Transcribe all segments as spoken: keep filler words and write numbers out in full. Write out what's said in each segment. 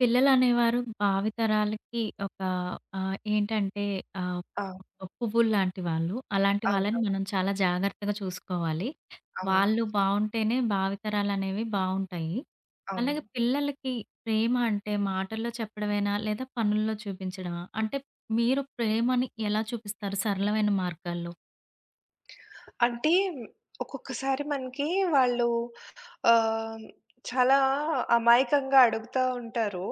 పిల్లలనేవారు భావితరాలకి ఒక ఆహ్, ఏంటంటే ఆహ్, అవును. పువ్వుల్లాంటి వాళ్ళు. అలాంటి వాళ్ళని అవును. మనం చాలా జాగ్రత్తగా చూసుకోవాలి. అవును. వాళ్ళు బావుంటేనే భావితరాలనేవి బావుంటాయి. అవును. అలాగే పిల్లలకి ప్రేమ అంటే మాటల్లో చెప్పడమేనా? లేదా పనుల్లో చూపించడమా? అంటే మీరు ప్రేమని ఎలా చూపిస్తారు సరళమైన మార్గాల్లో? అంటే ఒక్కొక్కసారి మనకి వాళ్ళు ఆహ్, చాలా అమాయకంగా అడుగుతా ఉంటారు.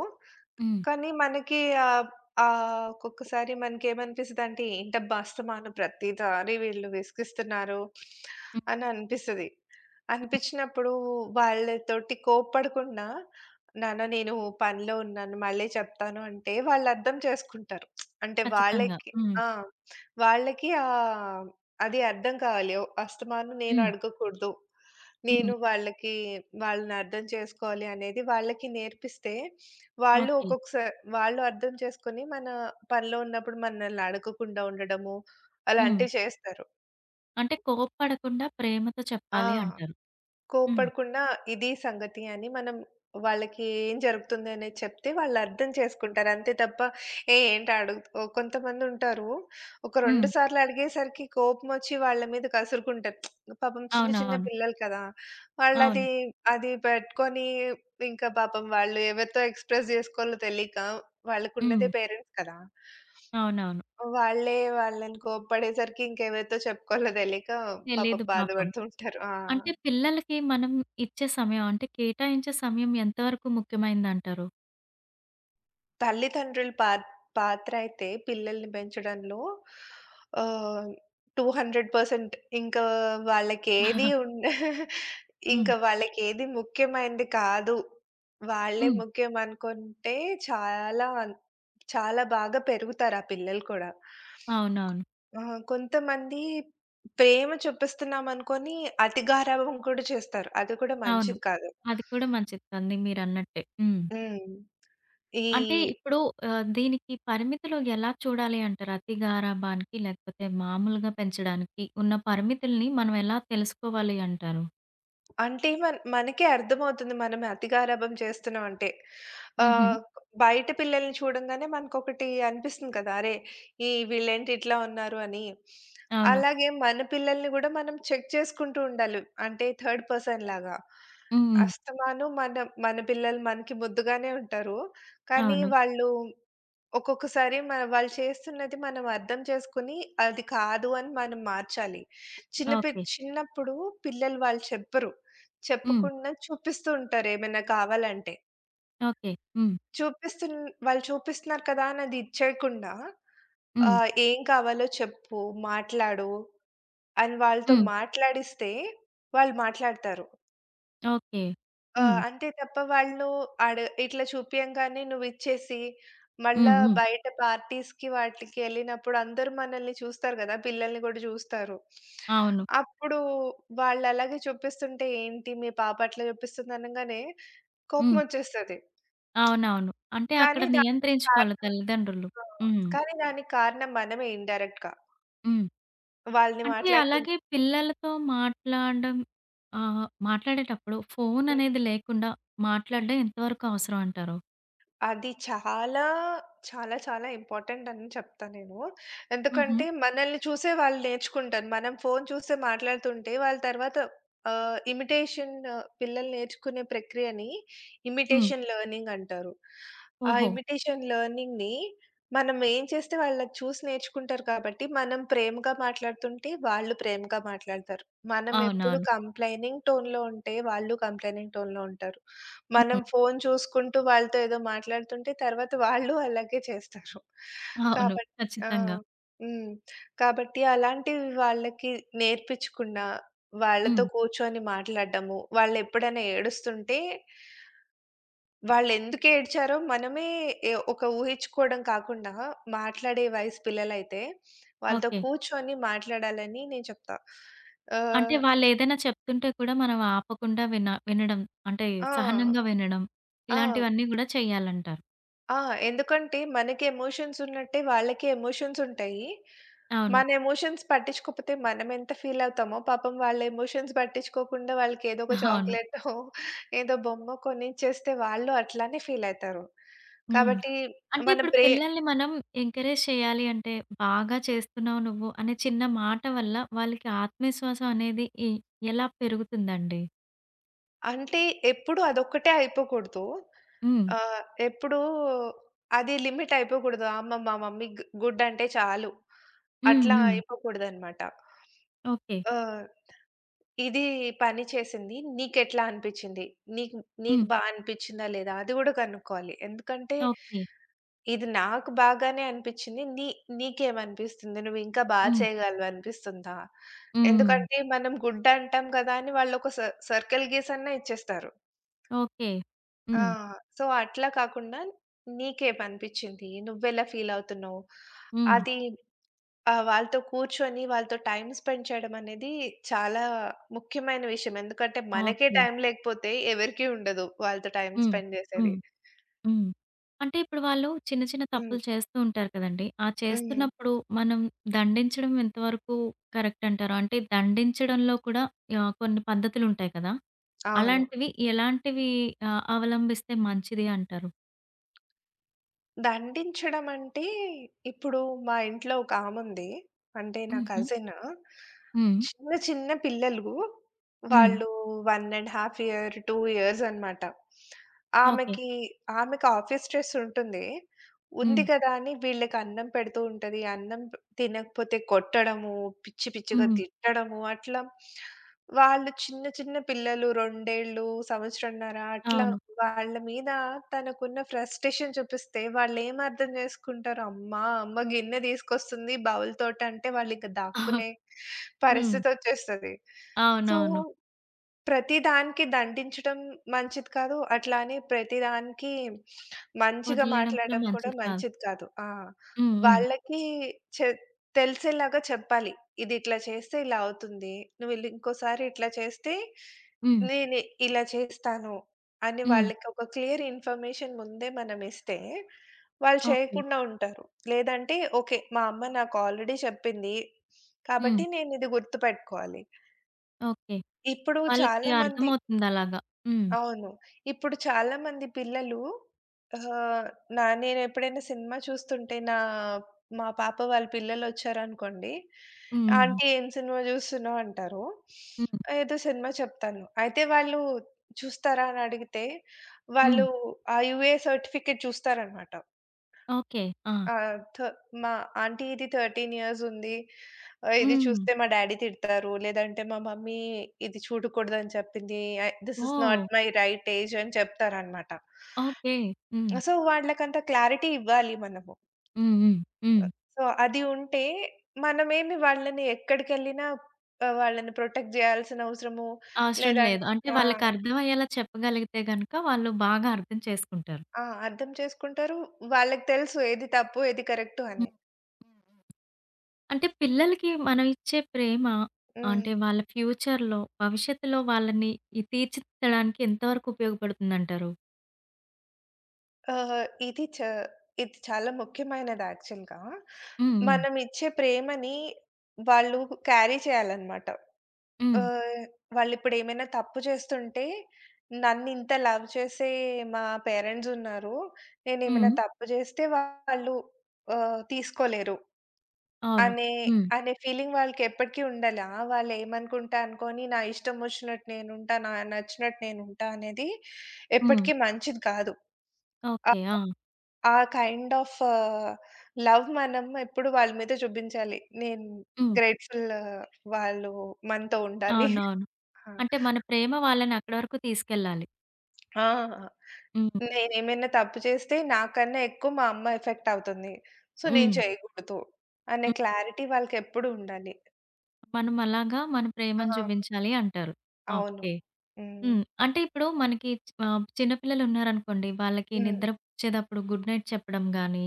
హ్మ్. కానీ మనకి ఆహ్, ఆహ్, ఒక్కొక్కసారి మనకేమనిపిస్తదంటే, ఏంటబ్బా! అస్తమాను ప్రతిసారి వీళ్ళు విసిగిస్తున్నారు హ్మ్. అని అనిపిస్తది. హ్మ్. అనిపించినప్పుడు వాళ్ళతోటి కోప్పడకుండా, నాన్న నేను పనిలో ఉన్నాను, మళ్ళీ చెప్తాను అంటే వాళ్ళు అర్థం చేసుకుంటారు. అంటే ఖచ్చితంగా. వాళ్ళకి హ్మ్. ఆ! వాళ్ళకి ఆహ్, అది అర్థం కావాలి. ఓ, అస్తమాను నేను హ్మ్. అడగకూడదు. నేను హ్మ్. వాళ్ళకి వాళ్ళని అర్థం చేసుకోవాలి అనేది వాళ్ళకి నేర్పిస్తే వాళ్ళు ఓకే. ఒక్కొక్కసా వాళ్ళు అర్థం చేసుకొని, మన పనిలో ఉన్నప్పుడు మనల్ని అడగకుండా ఉండడము, హ్మ్. అలాంటివి చేస్తారు. అంటే కోప్పడకుండా ప్రేమతో ఆ! చెప్పాలి అంటారు. హ్మ్. కోప్పడకుండా ఇది సంగతి అని మనం వాళ్ళకి ఏం జరుగుతుంది అనేది చెప్తే వాళ్ళు అర్థం చేసుకుంటారు. అంతే తప్ప ఏ ఏంటి అడుగు ఓహ్! కొంతమందుంటారు. ఒక రెండు హ్మ్. సార్లు అడిగేసరికి కోపమొచ్చి వాళ్ళ మీద కసురుకుంటారు. పాపం చిన్న చిన్న అవునవును. పిల్లలు కదా! వాళ్ళది అవును. అది అది పెట్టుకొని ఇంకా పాపం వాళ్ళు ఎవరితో ఎక్స్‌ప్రెస్ జేసుకోవాలో తెలీక హ్మ్. వాళ్ళకున్నదే పేరెంట్స్ కదా! అవునవును. వాళ్ళే వాళ్ళని కోప్పడేసరికి ఇంకెవరితో చెప్పుకోవాలో తెలీక పాపం తెలీదు పాపం. బాధపడుతూ ఉంటారు. ఆ! అంటే పిల్లలకి మనం ఇచ్చే సమయం అంటే కేటాయించే సమయం ఎంత వరకు ముఖ్యమైనదంటారు? తల్లిదండ్రుల పా పాత్రయితే పిల్లల్ని పెంచడంలో ఆహ్, రెండు వందల శాతం ఇంకా వాళ్ళకేది ఉండ హ్మ్. ఇంకా వాళ్ళకేది ముఖ్యమైనది కాదు. వాళ్ళే హ్మ్. ముఖ్యం అనుకుంటే చాలా చాలా బాగా పెరుగుతారు ఆ పిల్లలు కూడా. అవునవును. ఆహ్, కొంతమంది ప్రేమ చూపిస్తున్నాం అనుకోని అతి గారాబం కూడా చేస్తారు. అది కూడా అవును. మంచిది కాదు. అది కూడా మంచిదండి మీరన్నట్టే. హ్మ్. హ్మ్. ఈ అంటే ఇప్పుడు ఆహ్, దీనికి పరిమితులు ఎలా చూడాలి అంటారు? అతి గారాబానికి లేకపోతే మామూలుగా పెంచడానికి ఉన్న పరిమితుల్ని మనం ఎలా తెలుసుకోవాలి అంటారు? అంటే మన్ మనకే అర్థమవుతుంది మనం అతిగారాబం చేస్తున్నాం అంటే. హుహు. ఆహ్, బయట పిల్లల్ని చూడంగానే మనకొకటి అనిపిస్తుంది కదా! అరే! ఈ వీళ్ళేంటి ఇట్లా ఉన్నారు అని. అవును. అలాగే మన పిల్లల్ని గూడా మనం చెక్ చేసుకుంటూ ఉండాలి. అంటే థర్డ్ పర్సన్ లాగా. హ్మ్. హ్మ్. అస్తమాను మన మన పిల్లలు మనకి ముద్దుగానే ఉంటారు. కానీ అవును. వాళ్ళు ఒక్కొక్కసారి మన వాళ్ళు చేస్తున్నది మనం అర్థం చేసుకొని అది కాదు అని మనం మార్చాలి. చిన్న పి ఓకే. చిన్నప్పుడు పిల్లలు వాళ్ళు చెప్పరు. హ్మ్. చెప్పకుండా చూపిస్తూ ఉంటారు ఏమైనా కావాలంటే. ఓకే. హ్మ్. చూపిస్తున్ వాళ్ళు చూపిస్తున్నారు కదా అని అది ఇచ్చేయకుండా, హ్మ్. ఆహ్, "ఏం కావాలో చెప్పు, మాట్లాడు" అని వాళ్ళతో హ్మ్. మాట్లాడిస్తే వాళ్ళు మాట్లాడతారు. ఓకే. ఆహ్, హ్మ్. అంతే తప్ప వాళ్ళు ఆడ ఇట్లా చూపియంగానే నువ్విచ్చేసి, హ్మ్. మళ్ళా హ్మ్. బయట పార్టీస్‌కి వాటిలికి ఎళ్ళినప్పుడు అందరూ మనల్ని చూస్తారు గదా! పిల్లల్ని గూడా చూస్తారు. అవును. అప్పుడు వాళ్ళలాగే చూపిస్తుంటే, "ఏంటి మీ పాప అట్లా చూపిస్తుంది" అనంగానే హ్మ్. కోపమొచ్చేస్తది. అవునవును. అంటే అక్కడ కానీ దానికి నియంత్రించుకోవాలి కారణం తల్లిదండ్రులు. ఆ! హ్మ్. కానీ దానికి కారణం మనమే ఇండైరెక్ట్‌గా. హ్మ్. వాళ్ళని అంటే మాట్లాడుకుం అలాగే పిల్లలతో మాట్లాడడం ఆహ్, మాట్లాడేటప్పుడు ఫోన్ అనేది లేకుండా మాట్లాడడం ఎంతవరకు అవసరం అంటారు? అది చాలా, చాలా, చాలా ఇంపార్టెంట్ అని చెప్తా నేను. హుహు. ఎందుకంటే మనల్ని చూసే వాళ్ళు నేర్చుకుంటారు. మనం ఫోను చూసి మాట్లాడుతుంటే వాళ్ళు తర్వాత ఆహ్, ఇమిటేషన్ పిల్లలు నేర్చుకునే ప్రక్రియని హ్మ్. ఇమిటేషన్ లెర్నింగ్ అంటారు. ఆ ఓహో! ఇమిటేషన్ లెర్నింగ్‌ని మనం ఏం చేస్తే వాళ్ళది చూసి నేర్చుకుంటారు కాబట్టి మనం ప్రేమగా మాట్లాడుతుంటే వాళ్ళు ప్రేమగా మాట్లాడతారు. మనం ఎప్పుడు అవునవును. కంప్లెయినింగ్ టోన్‌లో ఉంటే వాళ్ళు కంప్లెయినింగ్ టోన్‌లో ఉంటారు. మనం హ్మ్. ఫోను చూసుకుంటూ వాళ్ళతో ఏదో మాట్లాడుతుంటే తర్వాత వాళ్ళు అలాగే చేస్తారు. అవును. కాబట్టి ఆ! ఖచ్చితంగా. హ్మ్. కాబట్టి అలాంటివి వాళ్ళకి నేర్పించకుండా, వాళ్ళతో హ్మ్. కూర్చొని మాట్లాడడము, వాళ్ళెప్పుడైనా ఏడుస్తుంటే, వాళ్ళెందుకు ఏడ్చారో మనమే ఎ ఒక ఊహించుకోవడం కాకుండా, మాట్లాడే వయసు పిల్లలైతే వాళ్ళతో ఓకే. కూర్చొని మాట్లాడాలని నేను చెప్తా. అంటే ఆహ్, వాళ్ళేదైనా చెప్తుంటే కూడా మనం ఆపకుండా విన వినడం అంటే ఆ! సహనంగా వినడం ఆ! ఇలాంటివన్నీ గూడా చేయాలంటారు. ఆ! ఎందుకంటే మనకి ఎమోషన్స్ ఉన్నట్టే వాళ్ళకి ఎమోషన్స్ ఉంటాయి. అవును. మన ఎమోషన్స్ పట్టించుకోకపోతే మనం ఎంత ఫీల్ అవుతామో, పాపం వాళ్ళ ఎమోషన్స్ పట్టించుకోకుండా వాళ్ళకి ఏదో ఒక అవును. చాక్లెటో, ఏదో బొమ్మో కొనిచ్చేస్తే వాళ్ళు అట్లానే ఫీల్ అయితారు. హ్మ్. కాబట్టి అంటే మన ఇప్పుడు బ్రె పిల్లల్ని మనం ఎంకరేజ్ చేయాలి అంటే, బాగా చేస్తున్నావు నువ్వు అనే చిన్న మాట వల్ల వాళ్ళకి ఆత్మవిశ్వాసం అనేది ఎ ఎలా పెరుగుతుందండి? అంటే ఎప్పుడు అదొక్కటే అయిపోకూడదు. హ్మ్. ఆహ్, ఎప్పుడూ అది లిమిట్ అయిపోకూడదు. అమ్మ మా మమ్మీ గు గుడ్ అంటే చాలు. హ్మ్. అట్లా హ్మ్. అయిపోకూడదనమాట. ఓకే. ఆ! ఇది పని చేసింది. నీకెట్లా అనిపిచ్చింది? నీకు హ్మ్. నీకు బా అనిపిచ్చిందా లేదా? అది గూడా కనుక్కోవాలి. ఎందుకంటే ఓకే. ఇది నాకు బాగానే అనిపిచ్చింది. నీ నీకేమనిపిస్తుంది? నువ్వింకా బా హ్మ్. చేయగలవు అనిపిస్తుందా? హ్మ్. ఎందుకంటే మనం గుడ్ అంటాం కదా! అని వాళ్ళొక స సర్కిల్ గీసన్నా ఇచ్చేస్తారు. ఓకే. ఆ! హ్మ్. సో, అట్లా కాకుండా నీకేమనిపిచ్చింది? నువ్వెలా ఫీల్ అవుతున్నావు? హ్మ్. అది ఆ! వాళ్ళతో కూర్చొని, వాళ్ళతో టైమ్ స్పెండ్ చేయడమనేది చాలా ముఖ్యమైన విషయం. ఎందుకంటే, మనకే ఓకే. టైం లేకపోతే ఎవరికీ ఉండదు వాళ్ళతో టైమ్ హ్మ్. స్పెండ్ జేసేది. హ్మ్. హ్మ్. అంటే ఇప్పుడు వాళ్ళు చిన్న చిన్న హ్మ్. తప్పులు చేస్తూ ఉంటారు కదండీ! ఆ హ్మ్. చేస్తున్నప్పుడు మనం దండించడం ఎంతవరకు కరెక్ట్ అంటారు? అంటే దండించడంలో కూడా ఆహ్, కొన్ని పద్ధతులుంటాయి కదా! అవును. అలాంటివి ఎలాంటివి ఆహ్, అవలంబిస్తే మంచిది అంటారు? దండించడం అంటే, ఇప్పుడు మా ఇంట్లో ఒక ఆముంది. అంటే నా హుహు. కజిన్. హ్మ్. చిన్న చిన్న పిల్లలు హ్మ్. వాళ్ళు ఒకటి ½ ఇయర్, రెండు ఇయర్స్ అనమాట. ఓకే. ఆమెకి, ఆమెకి ఆఫీస్ స్ట్రెస్ ఉంటుంది. ఉంది హ్మ్. కదా అని వీళ్ళకి అన్నం పెడుతూ ఉంటది. అన్నం ప- తినకపోతే కొట్టడము, పిచ్చి పిచ్చిగా హ్మ్. తిట్టడము అట్లా. వాళ్ళు చిన్న చిన్న పిల్లలు రెండు సంవత్సరంన్నర అట్లా అవును. వాళ్ళ మీద తనకున్న ఫ్రస్ట్రేషన్ చూపిస్తే వాళ్ళేమర్థం జేసుకుంటారు. అమ్మా! అమ్మ గిన్నె తీసుకొస్తుంది బౌల్‌తోటంటే వాళ్ళింక దాక్కునే హ్మ్. పరిస్థితొచ్చేస్తది. సో అవునవును. ప్రతిదానికి దండించడం మంచిది కాదు. అట్లా అని ప్రతిదానికి మంచిగా వదిలేయడం కూడా మాట్లాడడం కూడా మంచిది కాదు. మంచిది కాదు. ఆ! హ్మ్. హ్మ్. వాళ్ళకి చె తెలిసేలాగా చెప్పాలి. ఇది ఇట్లా చేస్తే ఇలా అవుతుంది. నువ్వు ఇల్ ఇంకోసారి ఇట్లా చేస్తే హ్మ్. నేను ఇలా చేస్తాను అని హ్మ్. వాళ్ళకి ఒక క్లియర్ ఇన్ఫర్మేషన్ ముందే మనం ఇస్తే వాళ్ళు ఓకే. చేయకుండా ఉంటారు. లేదంటే ఓకే. మా అమ్మ నాకు ఆల్రెడీ చెప్పింది. కాబట్టి హ్మ్. నేనిది గుర్తుపెట్టుకోవాలి. ఓకే. ఇప్పుడు వాళ్ళకి చాలామంది అర్థమవుతుంది అలాగా. హ్మ్. అవును. ఇప్పుడు చాలామంది పిల్లలు ఆహ్, నా నేనెప్పుడైనా సినిమా చూస్తుంటే నా మా పాప వాళ్ళ పిల్లలొచ్చారనుకోండి, హ్మ్. "ఆంటీ ఏం సినిమా జూస్తున్నావు?" అంటారు. హ్మ్. ఏదో సినిమా చెప్తాను. అయితే వాళ్ళు చూస్తారా అని అడిగితే, హ్మ్. వాళ్ళు ఆ యూఏ సర్టిఫికేట్ చూస్తారనమాట. ఓకే. ఆ! ఆ! థ మా ఆంటీ ఇది పదమూడు ఇయర్స్ ఉంది. ఆహ్, ఇది హ్మ్. చూస్తే మా డ్యాడీ తిడతారు. లేదంటే మా మమ్మీ ఇది చూడకూడదని చెప్పింది. I this is not oh! My right age అని చెప్తారనమాట. ఓకే. హ్మ్. సో, వాళ్ళకంత క్లారిటీ ఇవ్వాలి మనము. హ్మ్. హ్మ్. హ్మ్. ఆహ్, సో, అది ఉంటే మనమేమి వాళ్ళని ఎక్కడికెళ్ళినా ఆహ్, వాళ్ళని ప్రొటెక్ట్ జేయాల్సిన అవసరము అవసరం లేదన్ లేదు. అంటే ఆ! వాళ్ళకి అర్థమయ్యేలా చెప్పగలిగితే గనక వాళ్ళు బాగా అర్థం చేసుకుంటారు. ఆ! అర్థం చేసుకుంటారు. వాళ్ళకి తెలుసు ఏది తప్పు, ఏది కరెక్టు అని. అంటే పిల్లలకి మనం ఇచ్చే ప్రేమ అంటే హ్మ్. వాళ్ళ ఫ్యూచర్‌లో, భవిష్యత్తులో వాళ్ళని ఈ తీర్చిదిద్దడానికి ఎంతవరకు ఉపయోగపడుతుందంటారు? ఆహ్, ఇది చ ఇది చాలా ముఖ్యమైనది యాక్చువల్‌గా. హ్మ్. హ్మ్. మనం ఇచ్చే ప్రేమని వాళ్ళు క్యారీ చేయాలన్నమాట. హ్మ్. ఆహ్, వాళ్ళిప్పుడేమైనా తప్పు చేస్తుంటే, నన్నింత లవ్ చేసే మా పేరెంట్స్ ఉన్నారు. నేనేమైనా హ్మ్. తప్పు చేస్తే వాళ్ళు ఆహ్, తీసుకోలేరు అవును. అనే, హ్మ్. అనే ఫీలింగ్ వాళ్ళకెప్పటికీ ఉండాలి. ఆ! వాళ్ళేమనుకుంటా అనుకోని నా ఇష్టమొచ్చినట్టు నేనుంటా, నా నచ్చినట్టు నేనుంటా అనేది హ్మ్. ఎప్పటికీ మంచిది కాదు. ఓకే. ఆ! ఆ కైండ్ ఆఫ్ లవ్ మనం ఎప్పుడు వాళ్ళ మీద చూపించాలి. నేను హ్మ్. గ్రేట్‌ఫుల్ వాళ్ళు మనతో ఉండాలి. అవునవును. ఆ! అంటే మన ప్రేమ వాళ్ళని అక్కడి వరకు తీసుకెళ్ళాలి. ఆ! హ్మ్. నేనేమైనా తప్పు చేస్తే నాకన్నా ఎక్కువ మా అమ్మ ఎఫెక్ట్ అవుతుంది. సో, నేను హ్మ్. చేయకూడదు అనే హ్మ్. క్లారిటీ వాళ్ళకెప్పుడు ఉండాలి. మనం అలాగా మన ఆ! ప్రేమను చూపించాలి అంటారు. అవును. ఓకే. హ్మ్. హ్మ్. అంటే ఇప్పుడు మనకి ఆహ్, చిన్న పిల్లలున్నారనుకోండి. వాళ్ళకి హ్మ్. నిద్రపుచ్చేటప్పుడు గుడ్ నైట్ చెప్పడం గానీ,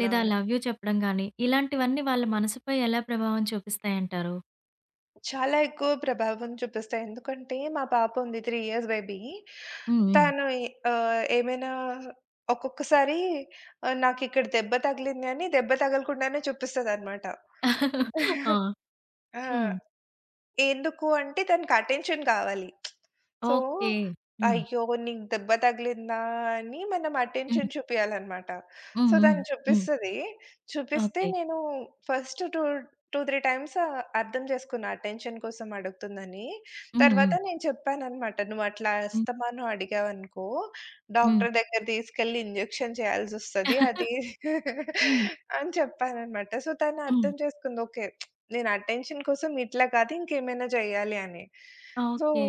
లేదా ఐ లవ్ యూ చెప్పడం గానీ, ఇలాంటివన్నీ వాళ్ళ మనసుపై ఎలా ప్రభావం చూపిస్తాయంటారు? చాలా ఎక్కువ ప్రభావం చూపిస్తాయి. ఎందుకంటే మా పాప ఉంది మూడు ఇయర్స్ బేబీ. హ్మ్. హ్మ్. తను ఎ ఆహ్, ఏమైనా ఒక్కొక్కసారి ఆహ్, నాకిక్కడ దెబ్బ తగిలింది అని దెబ్బ తగలకుండానే చూపిస్తదనమాట. ఆ! ఆ! హ్మ్. ఎందుకు అంటే దానికి అటెన్షన్ కావాలి. So, okay. హ్మ్. అయ్యో! నీకు దెబ్బ తగిలిందా అని మనం హ్మ్. అటెన్షన్ చూపియాలన్నమాట. హ్మ్. సో, హ్మ్. దాన్ని హ్మ్. చూపిస్తది. చూపిస్తే ఓకే. నేను ఫస్ట్ రెండు, రెండు, మూడు టైమ్స్ ఆహ్, అర్థం చేసుకున్నా అటెన్షన్ కోసం అడుగుతుందని. హ్మ్. తర్వాత హ్మ్. నేను చెప్పానన్నమాట. "నువ్వు అట్లా హ్మ్. అస్తమానం అడిగావనుకో హ్మ్. డాక్టర్ దగ్గర తీసుకెళ్ళి ఇంజెక్షన్ చేయాల్సొస్తది." అది హ్మ్. అని చెప్పానన్నమాట. సో, తను హ్మ్. అర్థం చేసుకుంది. ఓకే. నేను అటెన్షన్ కోసం ఇట్లా కాదు ఇంకేమైనా చేయాలి అని. So, okay.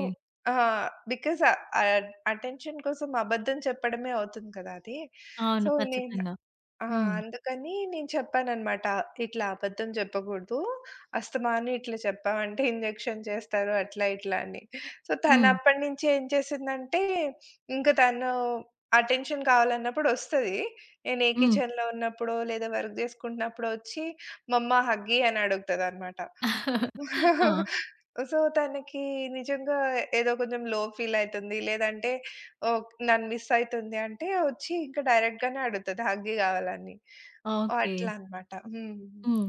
ఆహ్, బికాజ్ ఆహ్, అటెన్షన్ కోసం అబద్ధం చెప్పడమే అవుతుంది కదా! అది. సో, అవును. నేను ఖచ్చితంగా. ఆ! హ్మ్. అందుకని నేను చెప్పాననమాట. "ఇట్లా అబద్ధం జెప్పకూడదు. అస్తమాను ఇట్లా చెప్పావంటే ఇంజెక్షన్ చేస్తారు." అట్లా ఇట్లా అని. సో, హ్మ్. తనప్పటి నుంచి ఏం చేసిందంటే, ఇంక తను అటెన్షన్ కావాలన్నప్పుడు ఒస్తది. నేను ఏ హ్మ్. కిచెన్‌లో ఉన్నప్పుడో, లేదా వర్క్ జేసుకుంటున్నప్పుడో ఒచ్చి, "మమ్మా హగ్గీ" అని అడుగుతదనమాట. ఆ! సో, తనకి నిజంగా ఏదో కొంచెం లో ఫీల్ అయితుంది. లేదంటే ఓహ్! నన్ను మిస్ అయితుంది అంటే వచ్చి ఇంకా డైరెక్ట్ గానే అడుగుతది హగ్గు కావాలని. ఓ, ఓకే. అట్లా అన్నమాట. హ్మ్. హ్మ్.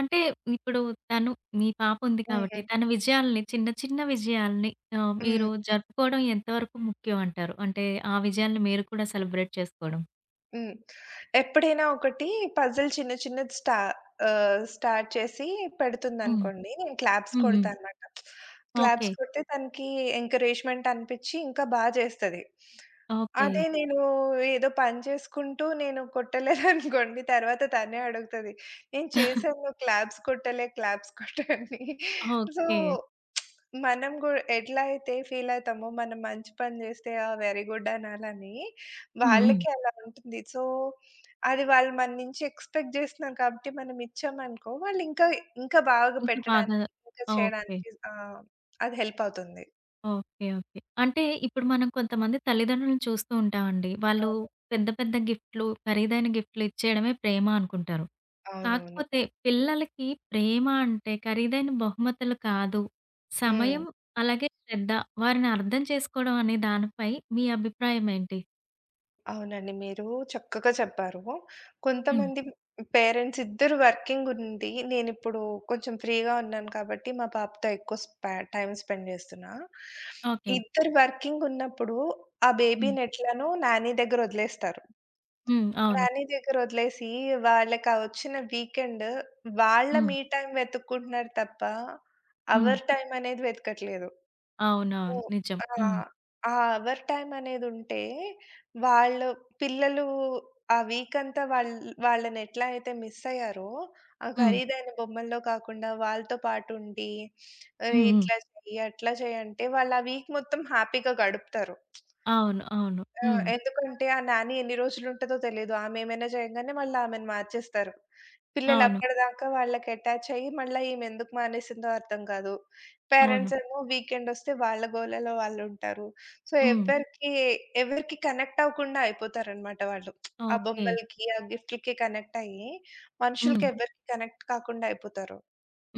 అంటే ఇప్పుడు తను మీ పాప ఉంది హ్మ్. కాబట్టి హ్మ్. తన విజయాల్ని చిన్న చిన్న విజయాల్ని ఆహ్, హ్మ్. మీరు జరుపుకోవడం ఎంతవరకు ముఖ్యం అంటారు? అంటే ఆ విజయాల్ని మీరు కూడా సెలబ్రేట్ చేసుకోవడం. హ్మ్. ఎప్పుడైనా ఒకటి పజిల్ చిన్న చిన్నది స్టా ఆహ్, స్టార్ట్ చేసి హ్మ్. పెడుతుందనుకోండి. నేను క్లాప్స్ హ్మ్. హ్మ్. కొడతా అనమాట. Claps okay. కొడితే తనకి ఎంకరేజ్‌మెంట్ అనిపిచ్చి ఇంకా బా చేస్తది. ఓకే. అదే నేను ఏదో పని చేసుకుంటూ నేను కొట్టలేదనుకోండి తర్వాత తనే అడుగుతది. నేను చేశాను. క్లాప్స్ కొట్టలే, క్లాప్స్ కొట్టని. So okay. మనం గూడా ఎట్లా అయితే ఫీలయితామో, మనం మంచి పని జేస్తే ఆ! వెరీ గుడ్ అనాలని, హ్మ్. హ్మ్. వాళ్ళకి అలా ఉంటుంది. సో, అది వాళ్ళు మన నుంచి ఎక్స్‌పెక్ట్ జేస్తున్నారు కాబట్టి, మనం ఇచ్చామనుకో, వాళ్ళు ఇంకా, ఇంకా బాగా ఇంకా బాగా పెట్టడానికి, ఇంకా ఓకే. చేయడానికి ఆహ్, అది హెల్ప్ అవుతుంది. ఓకే. ఓకే. అంటే ఇప్పుడు మనం కొంతమంది తల్లిదండ్రులను చూస్తూ ఉంటామండి. వాళ్ళు అవును. పెద్ద పెద్ద గిఫ్ట్‌లు, ఖరీదైన గిఫ్ట్‌లు ఇచ్చేయడమే ప్రేమ అనుకుంటారు. అవునవును. కాకపోతే పిల్లలకి ప్రేమ అంటే ఖరీదైన బహుమతులు కాదు. హ్మ్. సమయం, అలాగే శ్రద్ధ వారిని అర్థం చేసుకోవడం అనే దానిపై మీ అభిప్రాయం ఏంటి? అవునండి. మీరు చక్కగా చెప్పారు. హ్మ్. కొంతమంది పేరెంట్స్ ఇద్దరు వర్కింగ్ ఉండి, నేనిప్పుడు కొంచెం ఫ్రీగా ఉన్నాను కాబట్టి మా పాపతో ఎక్కువ స్పా టైమ్ స్పెండ్ చేస్తున్నా. ఓకే. ఇద్దరు వర్కింగ్ ఉన్నప్పుడు ఆ హ్మ్. బేబీని ఎట్లానో నాని దగ్గర వదిలేస్తారు. హ్మ్. అవును. నాని దగ్గర వదిలేసి వాళ్ళకి ఆ వచ్చిన వీకెండ్ వాళ్ళ హ్మ్. మీ టైమ్ వెతుక్కుంటున్నారు తప్ప, హ్మ్. అవర్ టైమ్ అనేది వెతకట్లేదు. అవునవును. హ్మ్. నిజం. ఆ! హ్మ్. ఆ అవర్ టైమ్ అనేదుంటే, వాళ్ళు పిల్లలు ఆ వీకంతా వాళ్ వాళ్ళని ఎట్లా అయితే మిస్ అయ్యారో, ఆ హ్మ్. ఖరీదైన బొమ్మల్లో కాకుండా వాళ్ళతో పాటుండి, "అరే! హ్మ్. హ్మ్. ఇట్లా చెయ్యి, అట్లా చెయ్యి" అంటే వాళ్ళు ఆ వీక్ మొత్తం హ్యాపీగా గడుపుతారు. అవును. అవును. ఆ! హ్మ్. ఎందుకంటే ఆ నాని ఎన్ని రోజులుంటదో తెలీదు. ఆమె ఏమైనా చేయంగానే మళ్ళీ ఆమెను మార్చేస్తారు. పిల్లలు అవును. అప్పటిదాకా వాళ్ళకి అటాచ్ అయ్యి మళ్ళా ఈమె ఎందుకు మానేసిందో అర్థం కాదు. అవును. పేరెంట్స్ ఏమో వీకెండొస్తే వాళ్ళ గోలలో వాళ్ళుంటారు. సో, హ్మ్. ఎవ్వరికి ఎవరికి కనెక్ట్ అవ్వకుండా అయిపోతారనమాట వాళ్ళు. ఆ ఓకే. బొమ్మలకి, ఆ గిఫ్ట్‌లకి కనెక్ట్ అయ్యి హ్మ్. మనుషులకి ఎవరికీ కనెక్ట్ కాకుండా అయిపోతారు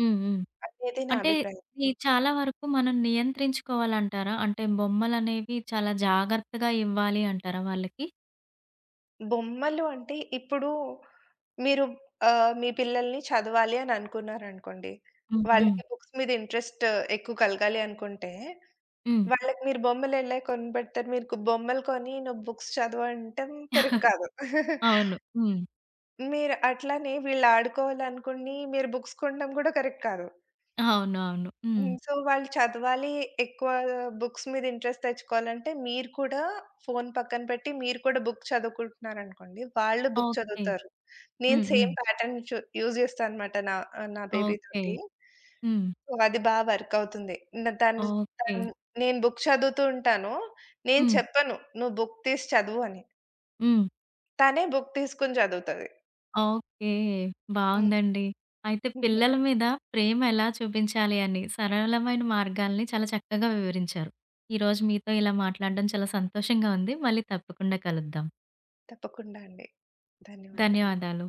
హ్మ్. హ్మ్. అనేది నా అంటే అభిప్రాయం. ఇది చాలా వరకు మనం నియంత్రించుకోవాలంటారా? అంటే బొమ్మలనేవి చాలా జాగ్రత్తగా ఇవ్వాలి అంటారా వాళ్ళకి? బొమ్మలు అంటే ఇప్పుడు మీరు ఆహ్, మీ పిల్లల్ని చదవాలి అని అనుకున్నారనుకోండి. హ్మ్. హ్మ్. వాళ్ళకి బుక్స్ మీద ఇంట్రెస్ట్ ఎక్కువ కలగాలి అనుకుంటే, హ్మ్. వాళ్ళకి మీరు బొమ్మలు ఎలా కొనిపెడతారు? మీకు బొమ్మలు కొని నువ్వు బుక్స్ చదువు అంటం కరెక్ట్ కాదు. అవును. హ్మ్. మీరు అట్లానే వీళ్ళు ఆడుకోవాలనుకుని మీరు బుక్స్ కొనడం కూడా కరెక్ట్ కాదు. అవునవును. హ్మ్. హ్మ్. సో, వాళ్ళు చదవాలి, ఎక్కువ బుక్స్ మీద ఇంట్రెస్ట్ తెచ్చుకోవాలంటే, మీరు కూడా ఫోను పక్కన పెట్టి, మీరు కూడా బుక్ చదువుకుంటున్నారనుకోండి, వాళ్ళు బుక్ ఓకే. చదువుతారు. నేను హ్మ్. హ్మ్. సేమ్ ప్యాటర్న్ చు యూజ్ చేస్తాననమాట నా ఆహ్, నా ఓకే. బేబీతోటి. హ్మ్. సో, అది బా వర్క్ అవుతుంది. న తను ఓకే. తను నేను బుక్ చదువుతూ ఉంటాను. నేను హ్మ్. చెప్పను, "నువ్వు బుక్ తీసి చదువు" అని. హ్మ్. తనే బుక్ తీసుకొని చదువుతది. ఓకే. హ్మ్. బావుందండి. అయితే పిల్లల మీద ప్రేమ ఎలా చూపించాలి అని సరళమైన మార్గాల్ని చాలా చక్కగా వివరించారు. ఈరోజు మీతో ఇలా మాట్లాడడం చాలా సంతోషంగా ఉంది. మళ్ళీ తప్పకుండా కలుద్దాం. తప్పకుండా అండి. ధన్యవాదాలు. ధన్యవాదాలు.